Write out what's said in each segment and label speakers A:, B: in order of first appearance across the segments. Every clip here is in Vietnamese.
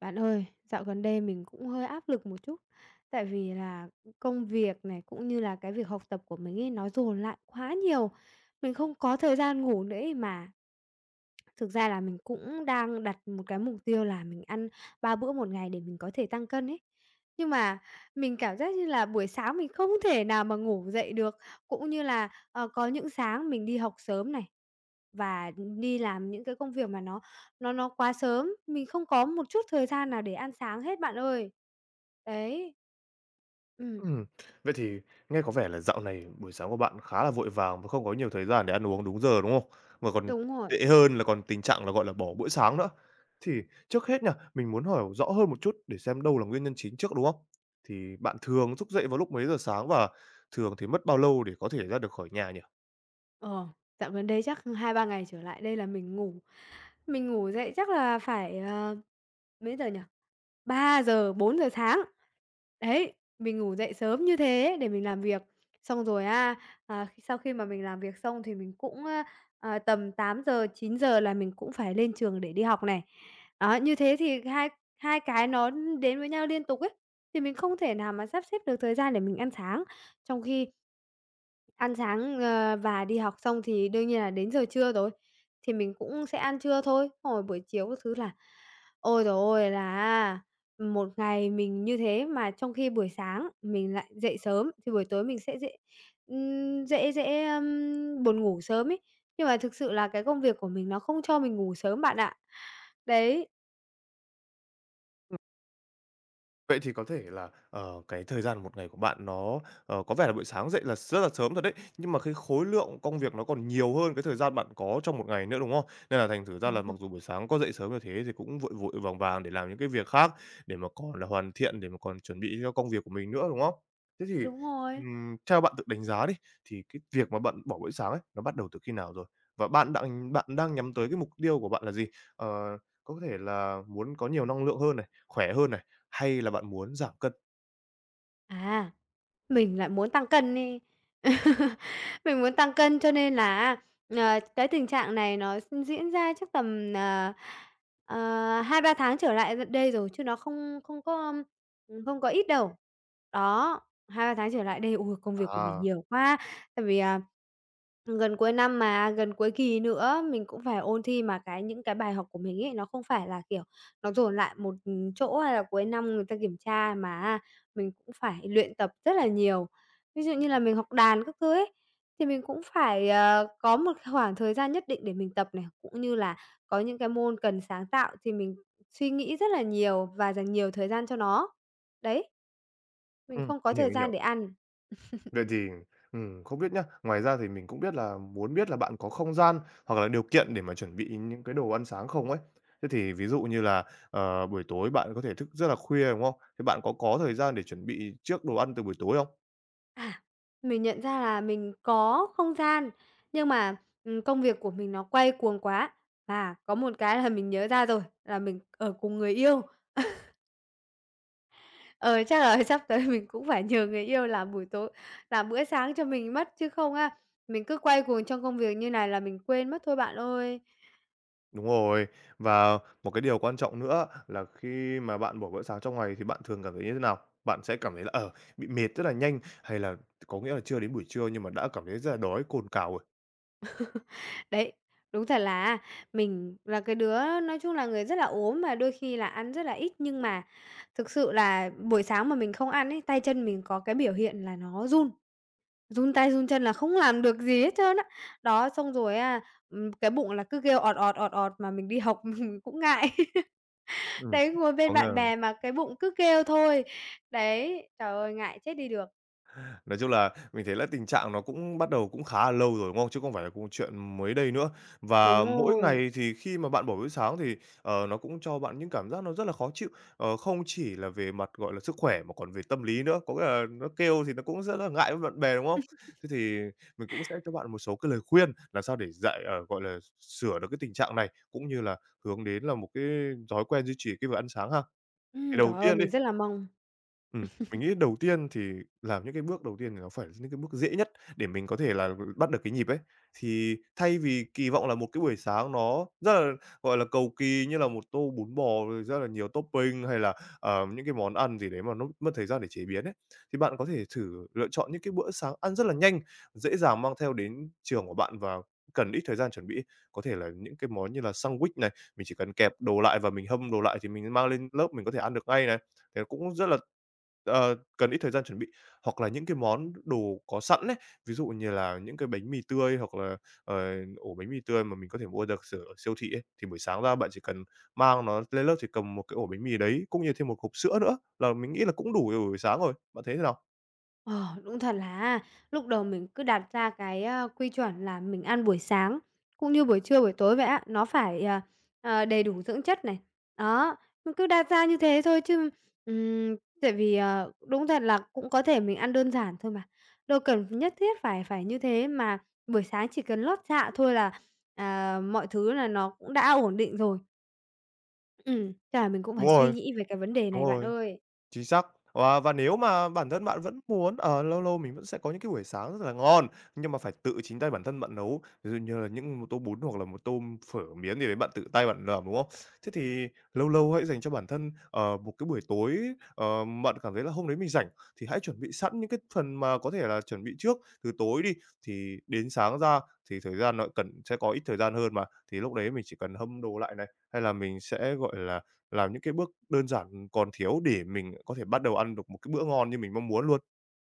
A: Bạn ơi, dạo gần đây mình cũng hơi áp lực một chút, tại vì là công việc này, cũng như là cái việc học tập của mình ấy, nó dồn lại quá nhiều, mình không có thời gian ngủ nữa ấy mà. Thực ra là mình cũng đang đặt một cái mục tiêu là mình ăn 3 bữa một ngày để mình có thể tăng cân ấy. Nhưng mà mình cảm giác như là buổi sáng mình không thể nào mà ngủ dậy được, cũng như là, có những sáng mình đi học sớm này, và đi làm những cái công việc mà nó quá sớm, mình không có một chút thời gian nào để ăn sáng hết bạn ơi. Đấy. Ừm,
B: Ừm, vậy thì nghe có vẻ là dạo này buổi sáng của bạn khá là vội vàng và không có nhiều thời gian để ăn uống đúng giờ, đúng không? Mà còn
A: đúng rồi.
B: tệ hơn là còn tình trạng là, gọi là, bỏ bữa sáng nữa. Thì trước hết nha, mình muốn hỏi rõ hơn một chút để xem đâu là nguyên nhân chính trước, đúng không? Thì bạn thường thức dậy vào lúc mấy giờ sáng và thường thì mất bao lâu để có thể ra được khỏi nhà nhỉ?
A: Ờ, Dạo gần đây chắc hai ba ngày trở lại đây là mình ngủ dậy chắc là phải, mấy giờ nhỉ? Ba giờ bốn giờ sáng. Đấy, mình ngủ dậy sớm như thế để mình làm việc. Xong rồi á, khi sau khi mà mình làm việc xong thì mình cũng, tầm tám giờ, chín giờ là mình cũng phải lên trường để đi học này. Đó, như thế thì hai hai cái nó đến với nhau liên tục ấy, thì mình không thể nào mà sắp xếp được thời gian để mình ăn sáng. Trong khi ăn sáng, và đi học xong thì đương nhiên là đến giờ trưa rồi, thì mình cũng sẽ ăn trưa thôi. Xong rồi buổi chiều các thứ là ôi giời ơi, là một ngày mình như thế mà trong khi buổi sáng mình lại dậy sớm thì buổi tối mình sẽ dễ, dễ dễ, ưm, buồn ngủ sớm ấy. Nhưng mà thực sự là cái công việc của mình nó không cho mình ngủ sớm bạn ạ. Đấy.
B: Vậy thì có thể là, cái thời gian một ngày của bạn nó, có vẻ là buổi sáng dậy là rất là sớm thật đấy, nhưng mà cái khối lượng công việc nó còn nhiều hơn cái thời gian bạn có trong một ngày nữa, đúng không? Nên là thành thử ra
A: Đúng
B: là mặc
A: rồi.
B: dù buổi sáng có dậy sớm như thế thì cũng vội vội vàng vàng để làm những cái việc khác, để mà còn là hoàn thiện, để mà còn chuẩn bị cho công việc của mình nữa, đúng không? Thế thì,
A: Đúng rồi.
B: theo bạn tự đánh giá đi, thì cái việc mà bạn bỏ buổi sáng ấy, nó bắt đầu từ khi nào rồi? Và bạn đang nhắm tới cái mục tiêu của bạn là gì? Ờ, có thể là muốn có nhiều năng lượng hơn này, khỏe hơn này, hay là bạn muốn giảm cân?
A: À, mình lại muốn tăng cân đi, mình muốn tăng cân cho nên là, cái tình trạng này nó diễn ra chắc tầm, 2-3 tháng trở lại đây rồi, chứ nó không không có, không có ít đâu. Đó, hai ba tháng trở lại đây, ôi, công việc của mình
B: À,
A: nhiều quá, tại vì, gần cuối năm mà, gần cuối kỳ nữa, mình cũng phải ôn thi mà cái những cái bài học của mình ấy, nó không phải là, kiểu, nó dồn lại một, chỗ hay là cuối năm người ta kiểm tra, mà mình cũng phải luyện tập rất là nhiều. Ví dụ như là mình học đàn các thứ ấy, thì mình cũng phải, có một khoảng thời gian nhất định để mình tập này, cũng như là có những cái môn cần sáng tạo thì mình suy nghĩ rất là nhiều và dành nhiều thời gian cho nó. Đấy, mình không có
B: mình hiểu,
A: thời
B: mình
A: gian
B: hiểu.
A: để ăn.
B: Vậy thì, không biết nhá, ngoài ra thì mình cũng biết là muốn biết là bạn có không gian hoặc là điều kiện để mà chuẩn bị những cái đồ ăn sáng không ấy. Thế thì ví dụ như là, buổi tối bạn có thể thức rất là khuya, đúng không? Thế bạn có thời gian để chuẩn bị trước đồ ăn từ buổi tối không?
A: Mình nhận ra là mình có không gian, nhưng mà, công việc của mình nó quay cuồng quá. À, có một cái là mình nhớ ra rồi, là mình ở cùng người yêu. Ờ, chắc là sắp tới mình cũng phải nhờ người yêu làm buổi tối làm bữa sáng cho mình mất, chứ không á, mình cứ quay cuồng trong công việc như này là mình quên mất thôi bạn ơi.
B: Đúng rồi, và một cái điều quan trọng nữa là khi mà bạn bỏ bữa sáng trong ngày thì bạn thường cảm thấy như thế nào? Bạn sẽ cảm thấy là, bị mệt rất là nhanh hay là có nghĩa là chưa đến buổi trưa nhưng mà đã cảm thấy rất là đói cồn cào rồi?
A: Đấy, đúng thật là á, mình là cái đứa nói chung là người rất là ốm mà đôi khi là ăn rất là ít, nhưng mà thực sự là buổi sáng mà mình không ăn ấy, tay chân mình có cái biểu hiện là nó run, run tay run chân là không làm được gì hết trơn á. Đó, xong rồi á, cái bụng là cứ kêu: "Ọt, ọt, ọt, ọt" mà mình đi học mình cũng ngại.
B: Ừm,
A: Đấy, ngồi bên
B: có nghĩa
A: bạn
B: là
A: bè mà cái bụng cứ kêu thôi. Đấy, trời ơi, ngại chết đi được.
B: nói chung là mình thấy là tình trạng nó cũng bắt đầu cũng khá là lâu rồi, đúng không? Chứ không phải là cũng chuyện mới đây nữa. Và
A: Đúng
B: mỗi
A: rồi.
B: ngày thì khi mà bạn bỏ bữa sáng thì, nó cũng cho bạn những cảm giác nó rất là khó chịu, không chỉ là về mặt, gọi là, sức khỏe mà còn về tâm lý nữa, có nghĩa là nó kêu thì nó cũng rất là ngại với bạn bè, đúng không? Thế thì mình cũng sẽ cho bạn một số cái lời khuyên làm sao để dạy gọi là, sửa được cái tình trạng này, cũng như là hướng đến là một cái thói quen duy trì cái việc ăn sáng ha. Cái đầu
A: Trời ơi,
B: tiên đi,
A: mình rất là mong.
B: Mình nghĩ đầu tiên thì làm những cái bước đầu tiên thì nó phải là những cái bước dễ nhất để mình có thể là bắt được cái nhịp ấy. Thì thay vì kỳ vọng là một cái buổi sáng nó rất là, gọi là, cầu kỳ như là một tô bún bò rồi rất là nhiều topping hay là, những cái món ăn gì đấy mà nó mất thời gian để chế biến ấy, thì bạn có thể thử lựa chọn những cái bữa sáng ăn rất là nhanh, dễ dàng mang theo đến trường của bạn và cần ít thời gian chuẩn bị. Có thể là những cái món như là sandwich này, mình chỉ cần kẹp đồ lại và mình hâm đồ lại thì mình mang lên lớp mình có thể ăn được ngay này. Thế cũng rất là cần ít thời gian chuẩn bị, hoặc là những cái món đồ có sẵn ấy, ví dụ như là những cái bánh mì tươi hoặc là, ổ bánh mì tươi mà mình có thể mua được ở siêu thị ấy, thì buổi sáng ra bạn chỉ cần mang nó lên lớp thì cầm một cái ổ bánh mì đấy, cũng như thêm một hộp sữa nữa là mình nghĩ là cũng đủ để buổi sáng rồi, bạn thấy thế nào?
A: Ờ, Đúng thật là á, lúc đầu mình cứ đặt ra cái, quy chuẩn là mình ăn buổi sáng cũng như buổi trưa, buổi tối vậy á, nó phải, đầy đủ dưỡng chất này. Đó, mình cứ đặt ra như thế thôi chứ, ừm, tại vì, đúng thật là cũng có thể mình ăn đơn giản thôi mà, đâu cần nhất thiết phải phải như thế, mà buổi sáng chỉ cần lót dạ thôi là, mọi thứ là nó cũng đã ổn định rồi. Chắc mình cũng
B: Đúng
A: phải suy
B: rồi,
A: nghĩ về cái vấn đề
B: đúng
A: này bạn
B: rồi.
A: ơi.
B: Chính xác. Và nếu mà bản thân bạn vẫn muốn, lâu lâu mình vẫn sẽ có những cái buổi sáng rất là ngon, nhưng mà phải tự chính tay bản thân bạn nấu, ví dụ như là những một tô bún hoặc là một tô phở miến gì đấy bạn tự tay bạn làm, đúng không? Thế thì lâu lâu hãy dành cho bản thân, một cái buổi tối, bạn cảm thấy là hôm đấy mình rảnh thì hãy chuẩn bị sẵn những cái phần mà có thể là chuẩn bị trước từ tối đi, thì đến sáng ra thì thời gian nó cần sẽ có ít thời gian hơn mà, thì lúc đấy mình chỉ cần hâm đồ lại này, hay là mình sẽ, gọi là, làm những cái bước đơn giản còn thiếu để mình có thể bắt đầu ăn được một cái bữa ngon như mình mong muốn luôn.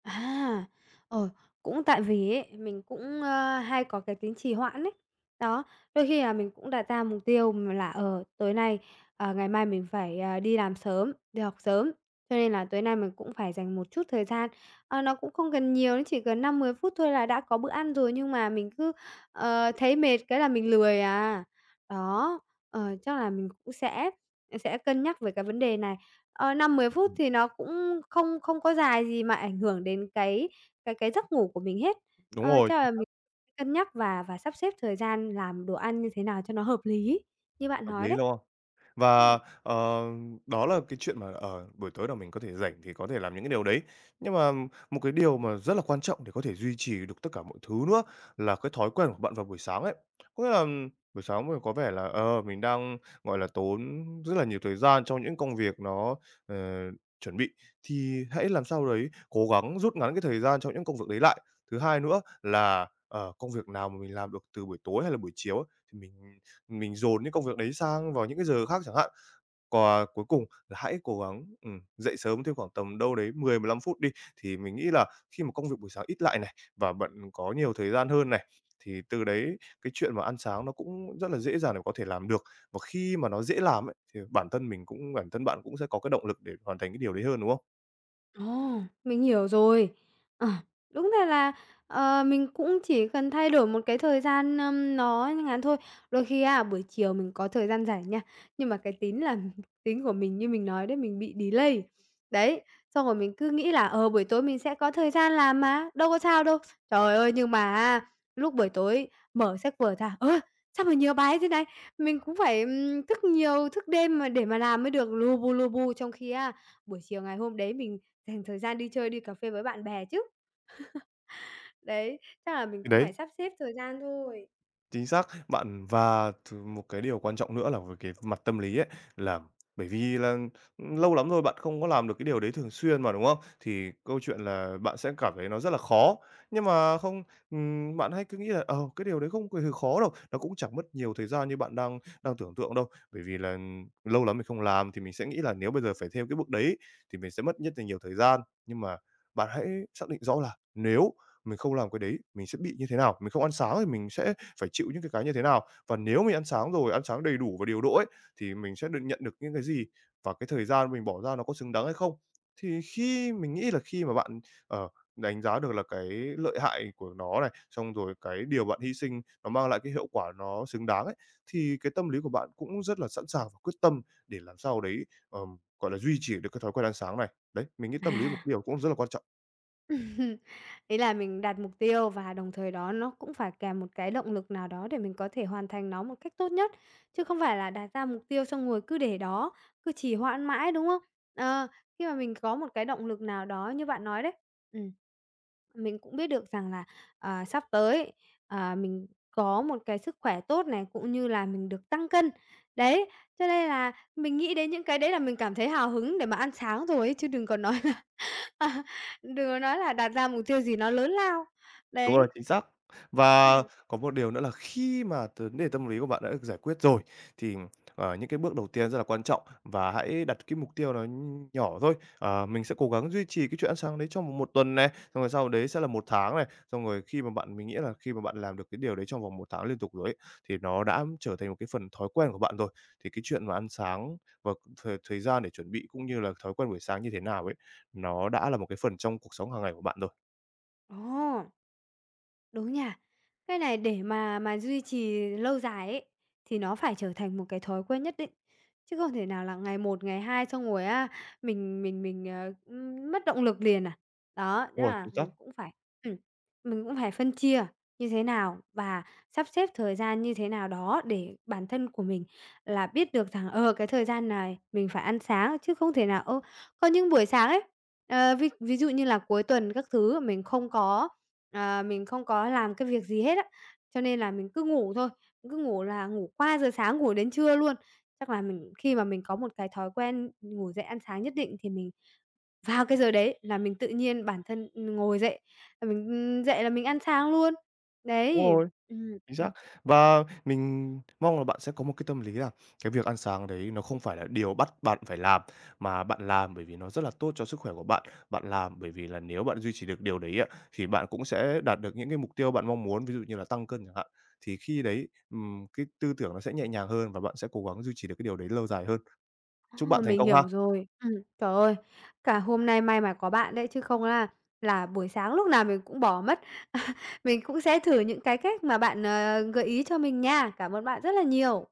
A: À, ờ, Cũng tại vì ấy, mình cũng, hay có cái tính trì hoãn ấy. Đó, đôi khi là mình cũng đặt ra mục tiêu mà là, ở tối nay, ngày mai mình phải, đi làm sớm, đi học sớm, cho nên là tối nay mình cũng phải dành một chút thời gian. Ờ, nó cũng không cần nhiều, nó chỉ cần năm mười phút thôi là đã có bữa ăn rồi, nhưng mà mình cứ, thấy mệt cái là mình lười à. Đó, chắc là mình cũng sẽ cân nhắc về cái vấn đề này. Ờ, 5-10 phút
B: Ừm,
A: thì nó cũng không không có dài gì mà ảnh hưởng đến cái giấc ngủ của mình hết.
B: đúng
A: Ờ,
B: rồi.
A: chắc là mình cân nhắc và sắp xếp thời gian làm đồ ăn như thế nào cho nó hợp lý, như bạn
B: Hợp
A: nói
B: lý
A: đấy.
B: đúng không? Và,
A: Ừm.
B: đó là cái chuyện mà, ở buổi tối là mình có thể rảnh thì có thể làm những cái điều đấy. Nhưng mà một cái điều mà rất là quan trọng để có thể duy trì được tất cả mọi thứ nữa là cái thói quen của bạn vào buổi sáng ấy. Có nghĩa là buổi sáng mình có vẻ là, mình đang, gọi là, tốn rất là nhiều thời gian trong những công việc nó, ờ, chuẩn bị, thì hãy làm sao đấy cố gắng rút ngắn cái thời gian trong những công việc đấy lại. Thứ hai nữa là, công việc nào mà mình làm được từ buổi tối hay là buổi chiều á, thì mình dồn những công việc đấy sang vào những cái giờ khác chẳng hạn. Còn cuối cùng là hãy cố gắng, dậy sớm thêm khoảng tầm đâu đấy 10-15 phút đi, thì mình nghĩ là khi mà công việc buổi sáng ít lại này, và bạn có nhiều thời gian hơn này, thì từ đấy cái chuyện mà ăn sáng nó cũng rất là dễ dàng để có thể làm được. Và khi mà nó dễ làm ấy, thì bản thân mình cũng bản thân bạn cũng sẽ có cái động lực để hoàn thành cái điều đấy hơn, đúng không?
A: Ồ, mình hiểu rồi. Ờ, đúng thật là, mình cũng chỉ cần thay đổi một cái thời gian, nó ngắn thôi. Đôi khi à buổi chiều mình có thời gian rảnh nha, nhưng mà cái tính là tính của mình như mình nói đấy, mình bị delay. Đấy, xong rồi mình cứ nghĩ là, buổi tối mình sẽ có thời gian làm mà, đâu có sao đâu. Trời ơi, nhưng mà lúc buổi tối mở sách vở ra, sao mà nhiều bài thế này? Mình cũng phải, thức nhiều, thức đêm mà để mà làm mới được, lu bu trong khi à buổi chiều ngày hôm đấy mình dành thời gian đi chơi, đi cà phê với bạn bè chứ. Đấy, chắc là mình
B: Thì
A: cũng
B: đấy,
A: phải sắp xếp thời gian thôi.
B: chính xác. Bạn và một cái điều quan trọng nữa là về cái mặt tâm lý ấy, là bởi vì là, lâu lắm rồi bạn không có làm được cái điều đấy thường xuyên mà, đúng không? Thì câu chuyện là bạn sẽ cảm thấy nó rất là khó. Nhưng mà không bạn hãy cứ nghĩ là, cái điều đấy không hề khó đâu, nó cũng chẳng mất nhiều thời gian như bạn đang đang tưởng tượng đâu. Bởi vì là lâu lắm mình không làm thì mình sẽ nghĩ là nếu bây giờ phải theo cái bước đấy thì mình sẽ mất nhất là nhiều thời gian. Nhưng mà bạn hãy xác định rõ là nếu mình không làm cái đấy, mình sẽ bị như thế nào, mình không ăn sáng thì mình sẽ phải chịu những cái như thế nào. Và nếu mình ăn sáng rồi, ăn sáng đầy đủ và điều độ ấy, thì mình sẽ được nhận được những cái gì và cái thời gian mình bỏ ra nó có xứng đáng hay không. Thì khi mình nghĩ là khi mà bạn, ờ, đánh giá được là cái lợi hại của nó này, xong rồi cái điều bạn hy sinh nó mang lại cái hiệu quả nó xứng đáng ấy, thì cái tâm lý của bạn cũng rất là sẵn sàng và quyết tâm để làm sao đấy, gọi là, duy trì được cái thói quen ăn sáng này. Đấy, mình nghĩ tâm lý một
A: À.
B: điều cũng rất là quan trọng.
A: Ý là mình đặt mục tiêu và đồng thời đó nó cũng phải kèm một cái động lực nào đó để mình có thể hoàn thành nó một cách tốt nhất, chứ không phải là đặt ra mục tiêu xong rồi cứ để đó, cứ trì hoãn mãi, đúng không? Ờ, khi mà mình có một cái động lực nào đó như bạn nói đấy, ừm, mình cũng biết được rằng là, sắp tới, mình có một cái sức khỏe tốt này, cũng như là mình được tăng cân. Đấy, cho nên là mình nghĩ đến những cái đấy là mình cảm thấy hào hứng để mà ăn sáng rồi ấy, chứ đừng còn nói À, đừng có nói là đặt ra mục tiêu gì nó lớn lao.
B: Đúng rồi,
A: Đấy.
B: chính xác. Và
A: Ừm.
B: có một điều nữa là khi mà vấn đề tâm lý của bạn đã được giải quyết rồi, thì, những cái bước đầu tiên rất là quan trọng và hãy đặt cái mục tiêu nó nhỏ thôi. Ờ, mình sẽ cố gắng duy trì cái chuyện ăn sáng đấy trong vòng một tuần này, xong rồi sau đấy sẽ là một tháng này. Xong rồi khi mà bạn mình nghĩ là khi mà bạn làm được cái điều đấy trong vòng một tháng liên tục rồi ấy, thì nó đã trở thành một cái phần thói quen của bạn rồi. Thì cái chuyện mà ăn sáng và thời thời gian để chuẩn bị cũng như là thói quen buổi sáng như thế nào ấy, nó đã là một cái phần trong cuộc sống hàng ngày của bạn rồi.
A: Ồ! Đúng nha. Cái này để mà duy trì lâu dài ấy, thì nó phải trở thành một cái thói quen nhất định, chứ không thể nào là ngày một, ngày hai xong rồi á, mình mất động lực liền à. Đó, tức
B: Đúng rồi,
A: là
B: chính xác.
A: mình cũng phải, ừm, mình cũng phải phân chia như thế nào và sắp xếp thời gian như thế nào đó để bản thân của mình là biết được rằng, cái thời gian này mình phải ăn sáng, chứ không thể nào có những buổi sáng ấy, ví ví dụ như là cuối tuần các thứ mình không có. Ờ, mình không có làm cái việc gì hết á, cho nên là mình cứ ngủ thôi, cứ ngủ là ngủ qua giờ sáng, ngủ đến trưa luôn. Chắc là mình khi mà mình có một cái thói quen ngủ dậy ăn sáng nhất định thì mình vào cái giờ đấy là mình tự nhiên bản thân, ngồi là mình, dậy là mình ăn sáng luôn.
B: Đúng
A: Đấy.
B: rồi.
A: Ừm,
B: Chính xác.
A: ừm,
B: Và mình mong là bạn sẽ có một cái tâm lý là cái việc ăn sáng đấy nó không phải là điều bắt bạn phải làm, mà bạn làm bởi vì nó rất là tốt cho sức khỏe của bạn. Bạn làm bởi vì là nếu bạn duy trì được điều đấy ạ thì bạn cũng sẽ đạt được những cái mục tiêu bạn mong muốn, ví dụ như là tăng cân chẳng hạn. Thì khi đấy, cái tư tưởng nó sẽ nhẹ nhàng hơn và bạn sẽ cố gắng duy trì được cái điều đấy lâu dài hơn. Chúc bạn
A: ờ,
B: thành
A: mình
B: công
A: hiểu
B: ha!
A: rồi. Trời ơi, cả hôm nay may mà có bạn đấy chứ không là là buổi sáng lúc nào mình cũng bỏ mất. Mình cũng sẽ thử những cái cách mà bạn, gợi ý cho mình nha. Cảm ơn bạn rất là nhiều.